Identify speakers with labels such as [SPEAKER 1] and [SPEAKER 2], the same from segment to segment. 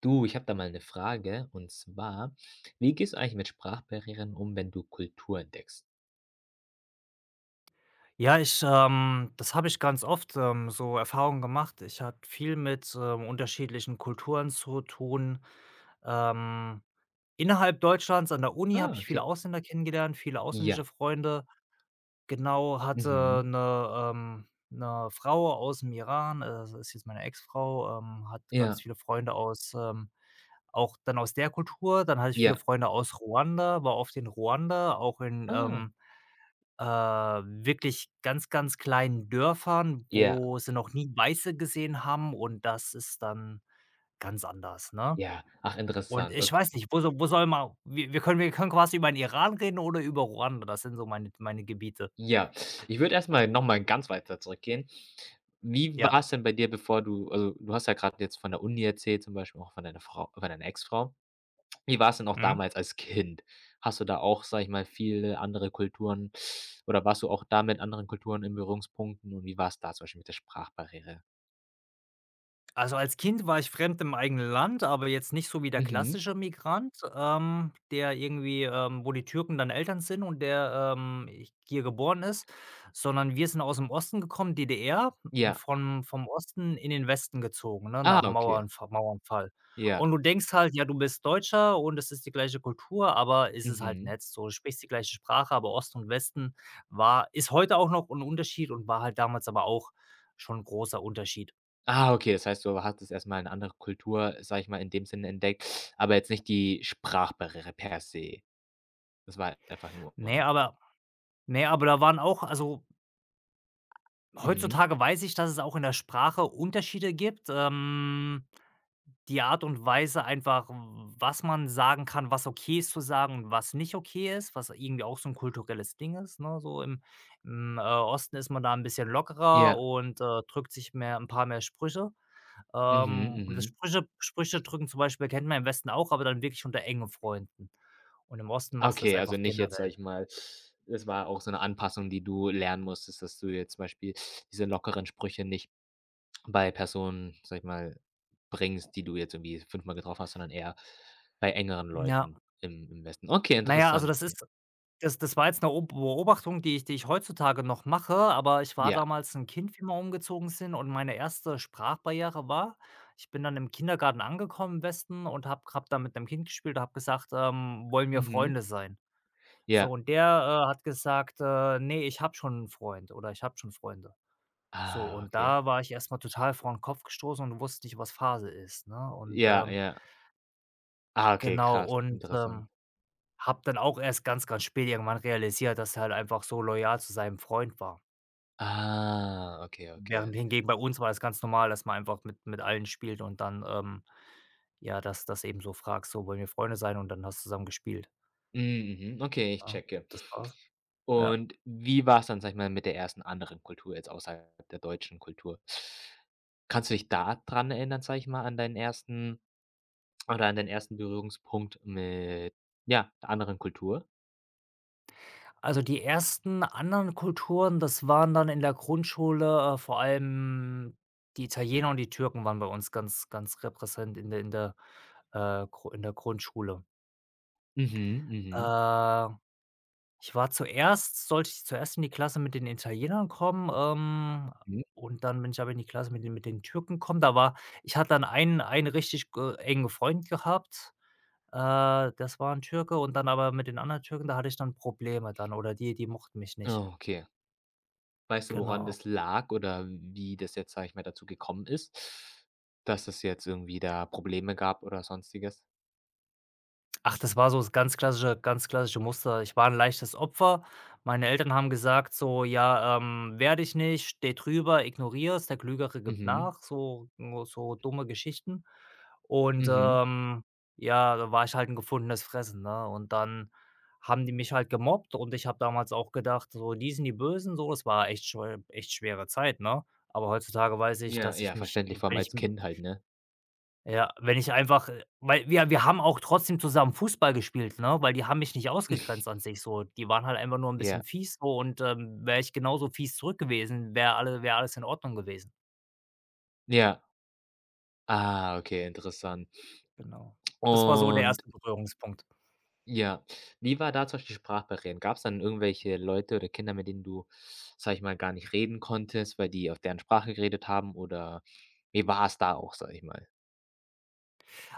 [SPEAKER 1] Du, ich habe da mal eine Frage und zwar: Wie gehst du eigentlich mit Sprachbarrieren um, wenn du Kultur entdeckst?
[SPEAKER 2] Ja, ich das habe ich ganz oft, so Erfahrungen gemacht. Ich hatte viel mit unterschiedlichen Kulturen zu tun. Ähm, Innerhalb Deutschlands an der Uni habe
[SPEAKER 1] Ah,
[SPEAKER 2] ich viele
[SPEAKER 1] okay.
[SPEAKER 2] Ausländer kennengelernt, viele ausländische
[SPEAKER 1] Ja.
[SPEAKER 2] Freunde. Genau, hatte
[SPEAKER 1] Mhm.
[SPEAKER 2] eine 'ne Frau aus dem Iran, das ist jetzt meine Ex-Frau, hat ganz
[SPEAKER 1] Ja,
[SPEAKER 2] viele Freunde aus, auch dann aus der Kultur. Dann hatte ich viele
[SPEAKER 1] ja.
[SPEAKER 2] Freunde aus Ruanda, war oft in Ruanda, auch in,
[SPEAKER 1] Ah,
[SPEAKER 2] ähm äh, wirklich ganz, ganz kleinen Dörfern,
[SPEAKER 1] ja,
[SPEAKER 2] wo sie noch nie Weiße gesehen haben, und das ist dann ganz anders, ne?
[SPEAKER 1] ja. Ach,
[SPEAKER 2] Und
[SPEAKER 1] interessant,
[SPEAKER 2] ich
[SPEAKER 1] okay.
[SPEAKER 2] weiß nicht, wo so wo soll man wir wir können quasi über den Iran reden oder über Ruanda. Das sind so meine Gebiete.
[SPEAKER 1] Ja, ich würde erstmal mal noch mal ganz weiter zurückgehen. Wie
[SPEAKER 2] Ja.
[SPEAKER 1] war es denn bei dir, bevor du also, du hast ja gerade jetzt von der Uni erzählt, zum Beispiel auch von deiner Frau von deiner Ex-Frau. Wie war's denn auch
[SPEAKER 2] Mhm.
[SPEAKER 1] damals als Kind? Hast du da auch, sage ich mal, viele andere Kulturen oder warst du auch da mit anderen Kulturen in Berührungspunkten und wie war's da zum Beispiel mit der Sprachbarriere?
[SPEAKER 2] Also, als Kind war ich fremd im eigenen Land, aber jetzt nicht so wie der
[SPEAKER 1] Mhm.
[SPEAKER 2] klassische Migrant, der irgendwie, wo die Türken dann Eltern sind und ich hier geboren ist, sondern wir sind aus dem Osten gekommen, DDR, und
[SPEAKER 1] Ja.
[SPEAKER 2] von vom Osten in den Westen gezogen, ne,
[SPEAKER 1] Ah,
[SPEAKER 2] nach
[SPEAKER 1] okay.
[SPEAKER 2] Mauernfall.
[SPEAKER 1] Ja.
[SPEAKER 2] Und du denkst halt: „Ja, du bist Deutscher und es ist die gleiche Kultur“, aber ist es halt
[SPEAKER 1] Mhm.
[SPEAKER 2] nett, so. Du sprichst die gleiche Sprache, aber Osten und Westen war ist heute auch noch ein Unterschied und war halt damals aber auch schon 'n großer Unterschied.
[SPEAKER 1] Ah, okay, das heißt, du hattest erst mal 'ne andere Kultur, sage ich mal, in dem Sinne entdeckt, aber jetzt nicht die Sprachbarriere per se. Das war einfach nur.
[SPEAKER 2] Ne, aber Ne, aber da waren auch, also
[SPEAKER 1] Mhm.
[SPEAKER 2] heutzutage weiß ich, dass es auch in der Sprache Unterschiede gibt. Die Art und Weise einfach, was man sagen kann, was okay ist zu sagen und was nicht okay ist, was irgendwie auch so ein kulturelles Ding ist, ne? So im Osten ist man da ein bisschen lockerer
[SPEAKER 1] Ja.
[SPEAKER 2] und, drückt sich mehr ein paar mehr Sprüche.
[SPEAKER 1] Mhm,
[SPEAKER 2] Und das
[SPEAKER 1] mhm.
[SPEAKER 2] Sprüche drücken zum Beispiel kennt man im Westen auch, aber dann wirklich unter engen Freunden. Und im Osten machst du das
[SPEAKER 1] Okay, also
[SPEAKER 2] einfach
[SPEAKER 1] nicht jetzt, sage
[SPEAKER 2] generell.
[SPEAKER 1] ich mal, es war auch so 'ne Anpassung, die du lernen musstest, dass du jetzt zum Beispiel diese lockeren Sprüche nicht bei Personen, sage ich mal, bringst, die du jetzt irgendwie fünfmal getroffen hast, sondern eher bei engeren
[SPEAKER 2] Ja.
[SPEAKER 1] Leuten im Westen. Okay,
[SPEAKER 2] Naja also
[SPEAKER 1] interessant. J
[SPEAKER 2] das war jetzt 'ne O Beobachtung, die ich heutzutage noch mache, aber ich war
[SPEAKER 1] ja.
[SPEAKER 2] damals 'n Kind, wie wir umgezogen sind, und meine erste Sprachbarriere war, ich bin dann im Kindergarten angekommen im Westen und habe da mit 'nem Kind gespielt und habe gesagt, „Wollen wir
[SPEAKER 1] Mhm.
[SPEAKER 2] Freunde sein?“ So,
[SPEAKER 1] Ja.
[SPEAKER 2] und der hat gesagt, „Ne, ich habe schon 'n Freund“ oder „Ich habe schon Freunde.“ So,
[SPEAKER 1] Ah,
[SPEAKER 2] und
[SPEAKER 1] okay.
[SPEAKER 2] da war ich erst mal total vor 'n Kopf gestoßen und wusste nicht, was Phase ist, ne?
[SPEAKER 1] Ja, ja. Ah, okay,
[SPEAKER 2] Genau.
[SPEAKER 1] krass, interessant.
[SPEAKER 2] Hab dann auch erst ganz, ganz spät irgendwann realisiert, dass er halt einfach so loyal zu seinem Freund war.
[SPEAKER 1] Ah, okay, okay.
[SPEAKER 2] Während hingegen bei uns war das ganz normal, dass man einfach mit allen spielt und dann, ja, dass eben so fragst: „So, wollen wir Freunde sein?“ Und dann hast du zusammen gespielt.
[SPEAKER 1] Mhm, mhm. Okay, ich
[SPEAKER 2] Ja,
[SPEAKER 1] checke.
[SPEAKER 2] das war's. Ja.
[SPEAKER 1] Und wie war es dann, sag ich mal, mit der ersten anderen Kultur jetzt außerhalb der deutschen Kultur? Kannst du dich da dran erinnern, sag ich mal, an deinen ersten oder an deinen ersten Berührungspunkt mit, ja, der anderen Kultur?
[SPEAKER 2] Also, die ersten anderen Kulturen, das waren dann in der Grundschule, vor allem die Italiener und die Türken, waren bei uns ganz, ganz repräsent in der, Gru in der Grundschule.
[SPEAKER 1] Mhm, mhm.
[SPEAKER 2] Äh Ich war zuerst, sollte ich zuerst in die Klasse mit den Italienern kommen,
[SPEAKER 1] Mhm.
[SPEAKER 2] und dann bin ich aber in die Klasse mit den Türken gekommen. Da war Ich hatte dann einen richtig g engen Freund gehabt, das war ein Türke, und dann aber mit den anderen Türken, da hatte ich dann Probleme dann, oder die mochten mich nicht.
[SPEAKER 1] Ah, okay. Weißt du, woran
[SPEAKER 2] Genau.
[SPEAKER 1] das lag oder wie das jetzt, sag ich mal, dazu gekommen ist, dass es jetzt irgendwie da Probleme gab oder Sonstiges?
[SPEAKER 2] Ach, das war so das ganz klassische Muster. Ich war ein leichtes Opfer. Meine Eltern haben gesagt so: „Ja, wehr dich nicht, steh drüber, ignoriere es, der Klügere gibt
[SPEAKER 1] Mhm,
[SPEAKER 2] nach.“ So nur so dumme Geschichten. Und,
[SPEAKER 1] mhm.
[SPEAKER 2] ähm, ja, da war ich halt ein gefundenes Fressen, ne? Und dann haben die mich halt gemobbt, und ich habe damals auch gedacht, so: „Die sind die Bösen“, so. Das war echt scheu echt schwere Zeit, ne? Aber heutzutage weiß ich,
[SPEAKER 1] Ja,
[SPEAKER 2] dass
[SPEAKER 1] ja,
[SPEAKER 2] ich mich,
[SPEAKER 1] verständlich, vor allem
[SPEAKER 2] wenn ich
[SPEAKER 1] als Kind halt, ne?
[SPEAKER 2] ja, wenn ich einfach weil wir haben auch trotzdem zusammen Fußball gespielt, ne, weil die haben mich nicht ausgegrenzt an sich so. Die waren halt einfach nur ein
[SPEAKER 1] Ja,
[SPEAKER 2] bisschen fies so, und, wäre ich genauso fies zurück gewesen, wäre alles in Ordnung gewesen.
[SPEAKER 1] ja. Ah, okay, interessant.
[SPEAKER 2] Genau. Das war so der
[SPEAKER 1] Und
[SPEAKER 2] erste Berührungspunkt.
[SPEAKER 1] ja, wie war da zum Beispiel die Sprachbarrieren? Gab es dann irgendwelche Leute oder Kinder, mit denen du, sage ich mal, gar nicht reden konntest, weil die auf deren Sprache geredet haben oder wie war es da auch, sage ich mal?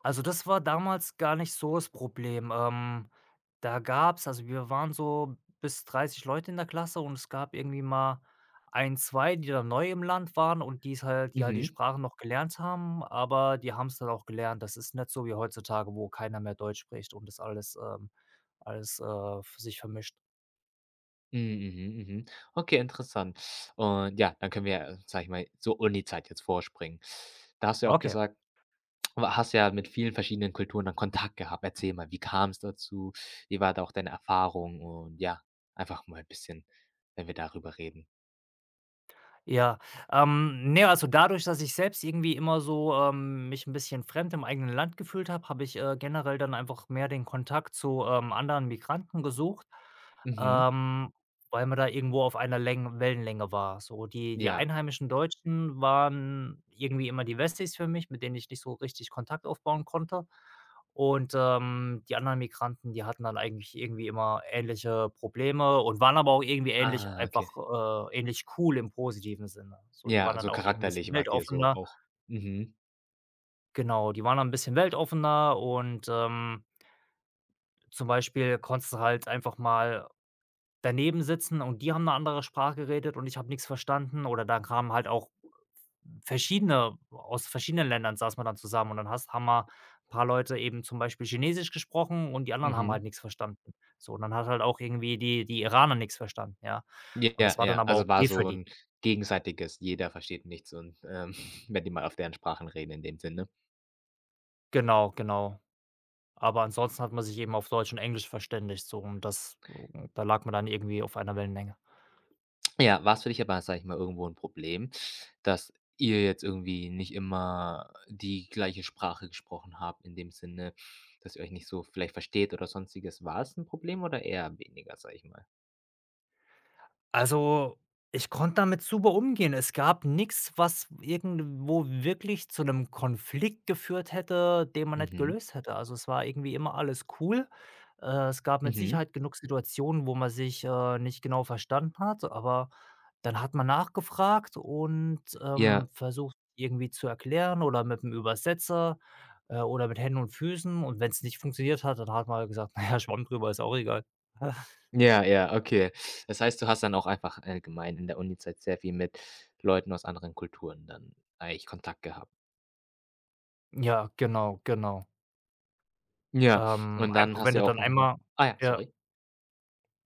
[SPEAKER 2] Also, das war damals gar nicht so das Problem. Da gab's, also wir waren so bis 30 Leute in der Klasse, und es gab irgendwie mal ein, 2, die dann neu im Land waren und die halt die
[SPEAKER 1] Mhm.
[SPEAKER 2] Sprache noch gelernt haben, aber die haben's dann auch gelernt. Das ist nicht so wie heutzutage, wo keiner mehr Deutsch spricht und das alles, für sich vermischt.
[SPEAKER 1] Mhm, mhm, mhm. Okay, interessant. Und ja, dann können wir, sage ich mal, zur Zeit jetzt vorspringen. Da hast du ja auch
[SPEAKER 2] Okay.
[SPEAKER 1] gesagt, wa hast ja mit vielen verschiedenen Kulturen dann Kontakt gehabt. Erzähl mal, wie kam es dazu? Wie war da auch deine Erfahrung? Und ja, einfach mal ein bisschen, wenn wir darüber reden.
[SPEAKER 2] Ja, ne, also dadurch, dass ich selbst irgendwie immer so, mich ein bisschen fremd im eigenen Land gefühlt habe, habe ich, generell dann einfach mehr den Kontakt zu, anderen Migranten gesucht,
[SPEAKER 1] Mhm.
[SPEAKER 2] ähm, weil man da irgendwo auf einer Längen Wellenlänge war. So, die
[SPEAKER 1] Ja.
[SPEAKER 2] einheimischen Deutschen waren irgendwie immer die Westies für mich, mit denen ich nicht so richtig Kontakt aufbauen konnte. Und, die anderen Migranten, die hatten dann eigentlich irgendwie immer ähnliche Probleme und waren aber auch irgendwie ähnlich
[SPEAKER 1] Ah,
[SPEAKER 2] einfach,
[SPEAKER 1] okay.
[SPEAKER 2] ähnlich cool im positiven Sinne. So, die
[SPEAKER 1] Ja,
[SPEAKER 2] waren
[SPEAKER 1] also
[SPEAKER 2] dann auch irgendwie ein bisschen
[SPEAKER 1] charakterlich wart ihr so
[SPEAKER 2] weltoffener.
[SPEAKER 1] auch. Mhm,
[SPEAKER 2] Genau, die waren dann 'n bisschen weltoffener und, zum Beispiel konntest du halt einfach mal daneben sitzen, und die haben eine andere Sprache geredet, und ich habe nichts verstanden. Oder da kamen halt auch verschiedene aus verschiedenen Ländern, saß man dann zusammen, und dann hast haben wir, ein paar Leute eben, zum Beispiel Chinesisch gesprochen, und die anderen haben
[SPEAKER 1] mhm.
[SPEAKER 2] halt nichts verstanden. So, und dann hat halt auch irgendwie die Iraner nichts verstanden, ja. Und
[SPEAKER 1] Ja,
[SPEAKER 2] das war dann
[SPEAKER 1] ja.
[SPEAKER 2] aber
[SPEAKER 1] Also, war
[SPEAKER 2] okay für
[SPEAKER 1] so
[SPEAKER 2] die.
[SPEAKER 1] 'n gegenseitiges „Jeder versteht nichts“ und, wenn die mal auf deren Sprachen reden in dem Sinne.
[SPEAKER 2] Genau, genau. Aber ansonsten hat man sich eben auf Deutsch und Englisch verständigt so, und das da lag man dann irgendwie auf einer Wellenlänge.
[SPEAKER 1] Ja, war's für dich aber, sage ich mal, irgendwo 'n Problem, dass ihr jetzt irgendwie nicht immer die gleiche Sprache gesprochen habt in dem Sinne, dass ihr euch nicht so vielleicht versteht oder Sonstiges? War es 'n Problem oder eher weniger, sage ich mal?
[SPEAKER 2] Also, ich konnte damit super umgehen. Es gab nichts, was irgendwo wirklich zu einem Konflikt geführt hätte, den man nicht
[SPEAKER 1] Mhm,
[SPEAKER 2] gelöst hätte. Also, es war irgendwie immer alles cool. Es gab mit
[SPEAKER 1] mhm.
[SPEAKER 2] Sicherheit genug Situationen, wo man sich, nicht genau verstanden hat, aber dann hat man nachgefragt und,
[SPEAKER 1] Ja.
[SPEAKER 2] versucht, irgendwie zu erklären, oder mit einem Übersetzer, oder mit Händen und Füßen. Und wenn es nicht funktioniert hat, dann hat man halt gesagt: „Na ja, schwamm drüber, ist auch egal.“
[SPEAKER 1] Ja, ja, okay. Das heißt, du hast dann auch einfach allgemein in der Unizeit sehr viel mit Leuten aus anderen Kulturen dann eigentlich Kontakt gehabt.
[SPEAKER 2] Ja, genau.
[SPEAKER 1] Ja, und dann
[SPEAKER 2] Einfach
[SPEAKER 1] hast
[SPEAKER 2] wenn
[SPEAKER 1] du
[SPEAKER 2] du
[SPEAKER 1] ja auch
[SPEAKER 2] dann
[SPEAKER 1] noch mal
[SPEAKER 2] einmal
[SPEAKER 1] ah ja,
[SPEAKER 2] ja,
[SPEAKER 1] sorry.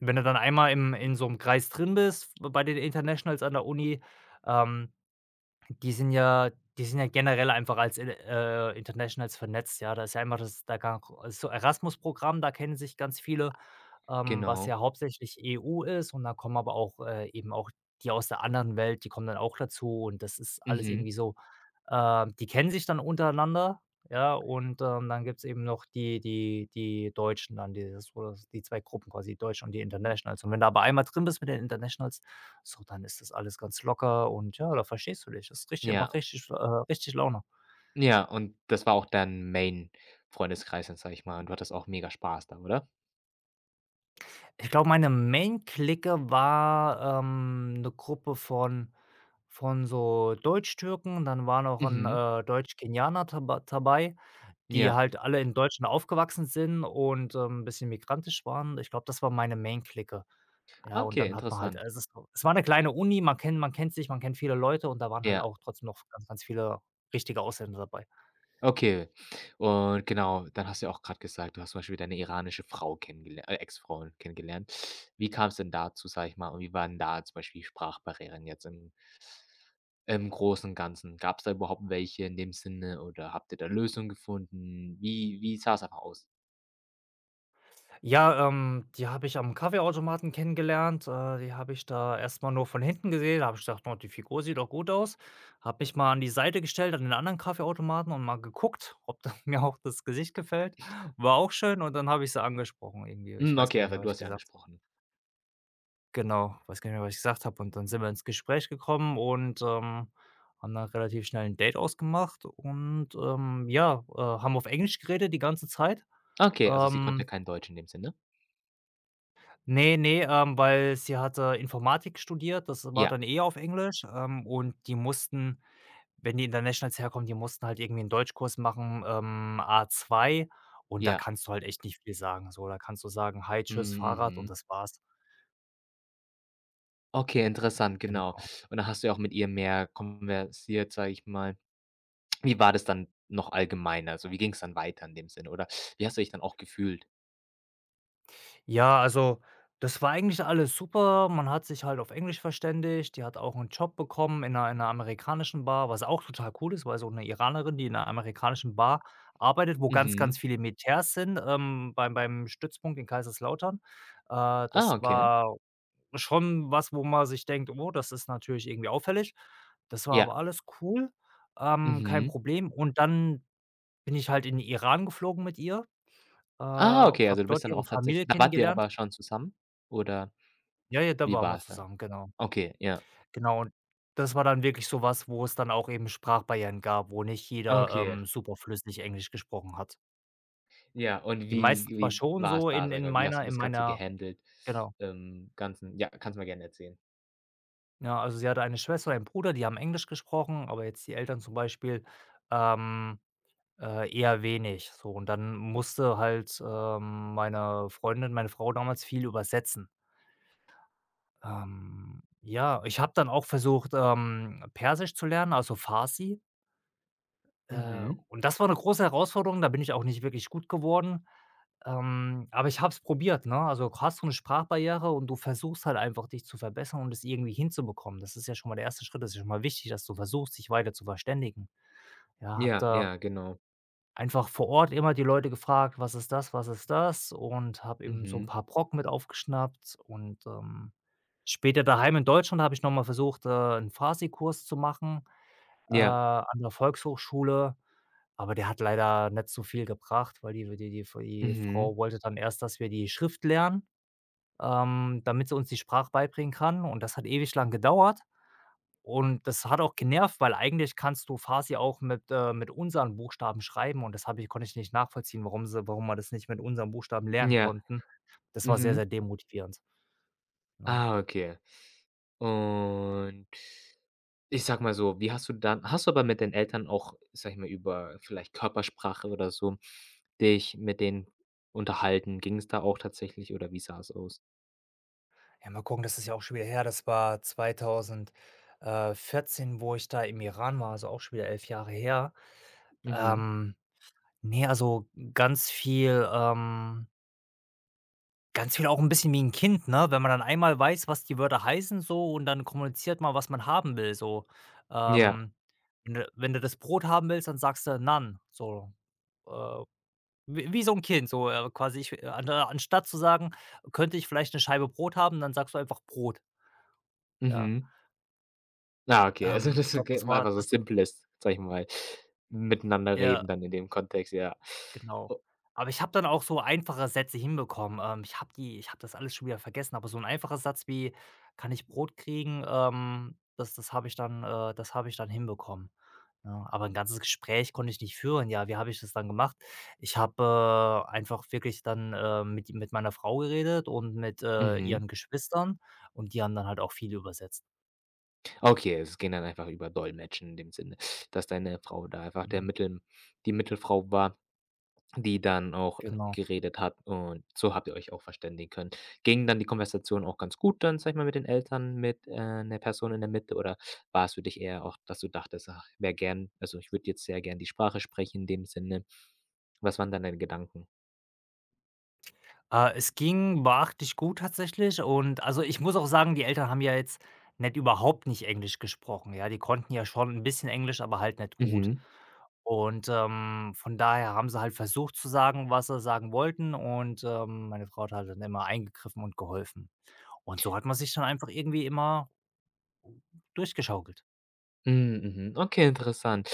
[SPEAKER 2] wenn du dann einmal im in so 'nem Kreis drin bist bei den Internationals an der Uni, ähm, die sind ja die sind ja generell einfach als in Internationals vernetzt, ja. Da ist ja einmal das da ga so Erasmus-Programm, da kennen sich ganz viele, was
[SPEAKER 1] Genau.
[SPEAKER 2] ja hauptsächlich EU ist, und da kommen aber auch, eben auch die aus der anderen Welt, die kommen dann auch dazu, und das ist alles
[SPEAKER 1] Mhm.
[SPEAKER 2] irgendwie so, die kennen sich dann untereinander, ja, und, dann gibt's eben noch die Deutschen dann, dieses, oder die 2 Gruppen quasi, die Deutschen und die Internationals. Und wenn du aber einmal drin bist mit den Internationals, so, dann ist das alles ganz locker, und ja, da verstehst du dich. Das ist richtig,
[SPEAKER 1] Ja,
[SPEAKER 2] macht richtig richtig Laune.
[SPEAKER 1] ja, und das war auch dein Main-Freundeskreis, dann sage ich mal, und du hattest auch mega Spaß da, oder?
[SPEAKER 2] Ich glaube, meine Main-Clique war, 'ne Gruppe von so Deutsch Türken. Dann war noch ein
[SPEAKER 1] Mhm.
[SPEAKER 2] Deutsch-Kenianer daba dabei, die
[SPEAKER 1] Ja.
[SPEAKER 2] halt alle in Deutschland aufgewachsen sind und, ein bisschen migrantisch waren. Ich glaube, das war meine Main-Clique. Ja, und
[SPEAKER 1] Okay,
[SPEAKER 2] dann hat man halt,
[SPEAKER 1] interessant.
[SPEAKER 2] also es war eine kleine Uni, man kennt sich, man kennt viele Leute, und da waren halt
[SPEAKER 1] Ja.
[SPEAKER 2] auch trotzdem noch ganz, ganz viele richtige Ausländer dabei.
[SPEAKER 1] Okay. Und genau, dann hast du ja auch gerade gesagt, du hast zum Beispiel deine iranische Frau kennengelernt Ex-Frau kennengelernt. Wie kam es denn dazu, sage ich mal, und wie waren da zum Beispiel Sprachbarrieren jetzt im im Großen und Ganzen? Gab es da überhaupt welche in dem Sinne oder habt ihr da Lösungen gefunden? Wie sah es einfach aus?
[SPEAKER 2] Ja, die habe ich am Kaffeeautomaten kennengelernt. Die habe ich da erst mal nur von hinten gesehen. Da habe ich gedacht: „Oh, die Figur sieht doch gut aus.“ Habe mich mal an die Seite gestellt an den anderen Kaffeeautomaten und mal geguckt, ob da mir auch das Gesicht gefällt. War auch schön, und dann habe ich sie angesprochen irgendwie.
[SPEAKER 1] Hm,
[SPEAKER 2] Ich weiß
[SPEAKER 1] okay,
[SPEAKER 2] gar nicht
[SPEAKER 1] also
[SPEAKER 2] mehr,
[SPEAKER 1] du
[SPEAKER 2] was ich
[SPEAKER 1] hast ja
[SPEAKER 2] gesagt habe.
[SPEAKER 1] angesprochen.
[SPEAKER 2] Genau, weiß gar nicht mehr, was ich gesagt habe, und dann sind wir ins Gespräch gekommen und, haben dann relativ schnell ein Date ausgemacht und, ja, haben auf Englisch geredet die ganze Zeit.
[SPEAKER 1] Okay, also sie konnte
[SPEAKER 2] Ähm
[SPEAKER 1] kein Deutsch in dem Sinne?
[SPEAKER 2] Nee, nee, weil sie hatte Informatik studiert, das war
[SPEAKER 1] Ja,
[SPEAKER 2] dann eh auf Englisch, und die mussten, wenn die Internationals herkommen, die mussten halt irgendwie 'n Deutschkurs machen, A2, und da
[SPEAKER 1] ja.
[SPEAKER 2] kannst du halt echt nicht viel sagen. So, da kannst du sagen: „Hi,
[SPEAKER 1] Hm,
[SPEAKER 2] tschüss, Fahrrad“, und
[SPEAKER 1] mhm.
[SPEAKER 2] das war's.
[SPEAKER 1] Okay, interessant, genau.
[SPEAKER 2] Genau.
[SPEAKER 1] Und dann hast du ja auch mit ihr mehr konversiert, sage ich mal. Wie war das dann noch allgemeiner? Also wie ging es dann weiter in dem Sinne oder wie hast du dich dann auch gefühlt?
[SPEAKER 2] Ja, also, das war eigentlich alles super. Man hat sich halt auf Englisch verständigt. Die hat auch einen Job bekommen in einer in 'ner amerikanischen Bar, was auch total cool ist, weil so eine Iranerin, die in einer amerikanischen Bar arbeitet, wo ganz, ganz
[SPEAKER 1] Mhm.
[SPEAKER 2] viele Militärs sind, beim Stützpunkt in Kaiserslautern. Äh,
[SPEAKER 1] Ah,
[SPEAKER 2] das
[SPEAKER 1] okay.
[SPEAKER 2] war schon was, wo man sich denkt: „Oh, das ist natürlich irgendwie auffällig.“ Das war aber
[SPEAKER 1] Ja.
[SPEAKER 2] alles cool, kein
[SPEAKER 1] Mhm.
[SPEAKER 2] Problem. Und dann bin ich halt in den Iran geflogen mit ihr,
[SPEAKER 1] Ah, okay, also
[SPEAKER 2] habe
[SPEAKER 1] du
[SPEAKER 2] dort
[SPEAKER 1] bist dann auch
[SPEAKER 2] ihre
[SPEAKER 1] tatsächlich
[SPEAKER 2] Familie
[SPEAKER 1] da wart ihr
[SPEAKER 2] kennengelernt.
[SPEAKER 1] aber schon zusammen oder
[SPEAKER 2] Ja, ja, da
[SPEAKER 1] wie
[SPEAKER 2] waren wir
[SPEAKER 1] war's da?
[SPEAKER 2] zusammen, genau.
[SPEAKER 1] Okay, ja.
[SPEAKER 2] Genau, und das war dann wirklich so was, wo es dann auch eben Sprachbarrieren gab, wo nicht jeder,
[SPEAKER 1] Okay,
[SPEAKER 2] super flüssig Englisch gesprochen hat.
[SPEAKER 1] ja, und
[SPEAKER 2] Die
[SPEAKER 1] wie
[SPEAKER 2] meisten zwar
[SPEAKER 1] wie
[SPEAKER 2] schon
[SPEAKER 1] war's
[SPEAKER 2] so
[SPEAKER 1] da,
[SPEAKER 2] in
[SPEAKER 1] sage ich
[SPEAKER 2] in
[SPEAKER 1] mal? Wie hast du
[SPEAKER 2] meiner in
[SPEAKER 1] das Ganze
[SPEAKER 2] meiner
[SPEAKER 1] gehandelt?
[SPEAKER 2] genau.
[SPEAKER 1] Ganzen ja, kannst mal gerne erzählen.
[SPEAKER 2] Ja, also sie hatte eine Schwester, einen Bruder, die haben Englisch gesprochen, aber jetzt die Eltern zum Beispiel, ähm, eher wenig so. Und dann musste halt, meine Freundin, meine Frau damals viel übersetzen. Ja, ich habe dann auch versucht, Persisch zu lernen, also Farsi. Äh,
[SPEAKER 1] Mhm.
[SPEAKER 2] und das war 'ne große Herausforderung, da bin ich auch nicht wirklich gut geworden. Aber ich habe es probiert, ne? Also, hast du 'ne Sprachbarriere und du versuchst halt einfach, dich zu verbessern und es irgendwie hinzubekommen. Das ist ja schon mal der erste Schritt. Das ist ja schon mal wichtig, dass du versuchst, dich weiter zu verständigen. Ja, habe
[SPEAKER 1] Ja,
[SPEAKER 2] da
[SPEAKER 1] ja, genau.
[SPEAKER 2] einfach vor Ort immer die Leute gefragt: „Was ist das? Was ist das?“ Und habe eben so 'n
[SPEAKER 1] Mhm.
[SPEAKER 2] paar Brocken mit aufgeschnappt und, später daheim in Deutschland habe ich noch mal versucht, 'n Farsi-Kurs zu machen,
[SPEAKER 1] Ja.
[SPEAKER 2] an der Volkshochschule. Aber der hat leider nicht so viel gebracht, weil die
[SPEAKER 1] Mhm.
[SPEAKER 2] Frau wollte dann erst, dass wir die Schrift lernen, damit sie uns die Sprache beibringen kann, und das hat ewig lang gedauert und das hat auch genervt, weil eigentlich kannst du Farsi auch mit unseren Buchstaben schreiben, und das habe ich konnte ich nicht nachvollziehen, warum wir das nicht mit unseren Buchstaben lernen
[SPEAKER 1] Ja.
[SPEAKER 2] konnten. Das war sehr, sehr
[SPEAKER 1] Mhm.
[SPEAKER 2] demotivierend, ne?
[SPEAKER 1] Ah, okay. Und ich sag mal so, wie hast du dann hast du aber mit den Eltern auch, sage ich mal, über vielleicht Körpersprache oder so dich mit denen unterhalten? Ging es da auch tatsächlich oder wie sah es aus?
[SPEAKER 2] Ja, mal gucken, das ist ja auch schon wieder her. Das war 2000 äh, wo ich da im Iran war, also auch schon wieder 11 Jahre her.
[SPEAKER 1] Mhm.
[SPEAKER 2] Ähm nee, also ganz viel, ganz viel auch ein bisschen wie ein Kind, ne? Wenn man dann einmal weiß, was die Wörter heißen, so, und dann kommuniziert man, was man haben will, so.
[SPEAKER 1] Ja.
[SPEAKER 2] Ähm, wenn du das Brot haben willst, dann sagst du: „Nan“, so, äh, wie wie so ein Kind, so, quasi ich an anstatt zu sagen: „Könnte ich vielleicht eine Scheibe Brot haben?“ Dann sagst du einfach: „Brot“, ja.
[SPEAKER 1] Mhm. Ah, okay. Also,
[SPEAKER 2] Ich
[SPEAKER 1] das ist
[SPEAKER 2] glaube,
[SPEAKER 1] ge
[SPEAKER 2] das
[SPEAKER 1] war
[SPEAKER 2] war
[SPEAKER 1] einfach so
[SPEAKER 2] das,
[SPEAKER 1] simples, sage ich mal, miteinander
[SPEAKER 2] ja.
[SPEAKER 1] reden dann in dem Kontext, ja.
[SPEAKER 2] Genau. Aber ich habe dann auch so einfache Sätze hinbekommen. Ich habe das alles schon wieder vergessen, aber so 'n einfacher Satz wie: „Kann ich Brot kriegen?“ das habe ich dann hinbekommen, ne? Aber 'n ganzes Gespräch konnte ich nicht führen. Ja, wie habe ich das dann gemacht? Ich habe, einfach wirklich dann, mit meiner Frau geredet und mit,
[SPEAKER 1] Mhm.
[SPEAKER 2] ihren Geschwistern, und die haben dann halt auch viel übersetzt.
[SPEAKER 1] Okay, es ging dann einfach über Dolmetschen in dem Sinne, dass deine Frau da einfach der
[SPEAKER 2] Mhm,
[SPEAKER 1] Mittel die Mittelfrau war. Die dann auch
[SPEAKER 2] genau.
[SPEAKER 1] geredet hat und so habt ihr euch auch verständigen können. Ging dann die Konversation auch ganz gut dann, sage ich mal, mit den Eltern, mit, 'ner Person in der Mitte oder war es für dich eher auch, dass du dachtest: „Ach, ich würde jetzt sehr gern die Sprache sprechen in dem Sinne?“ Was waren dann deine Gedanken?
[SPEAKER 2] Es ging beachtlich gut tatsächlich, und also, ich muss auch sagen, die Eltern haben ja jetzt nicht überhaupt nicht Englisch gesprochen, ja? Die konnten ja schon ein bisschen Englisch, aber halt nicht gut.
[SPEAKER 1] Mhm.
[SPEAKER 2] Und, von daher haben sie halt versucht zu sagen, was sie sagen wollten, und, meine Frau hat halt dann immer eingegriffen und geholfen. Und so hat man sich dann einfach irgendwie immer durchgeschaukelt.
[SPEAKER 1] Hm, mhm. Okay, interessant.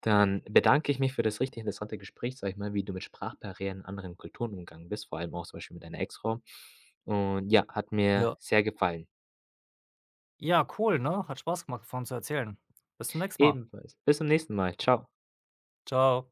[SPEAKER 1] Dann bedanke ich mich für das richtig interessante Gespräch, sage ich mal, wie du mit Sprachbarrieren in anderen Kulturen umgegangen bist, vor allem auch zum Beispiel mit deiner Ex-Frau. Und ja, hat mir
[SPEAKER 2] Ja.
[SPEAKER 1] sehr gefallen.
[SPEAKER 2] Ja, cool, ne? Hat Spaß gemacht, davon zu erzählen. Bis zum nächsten Mal.
[SPEAKER 1] Ebenfalls. Bis zum nächsten Mal. Ciao.
[SPEAKER 2] Ciao.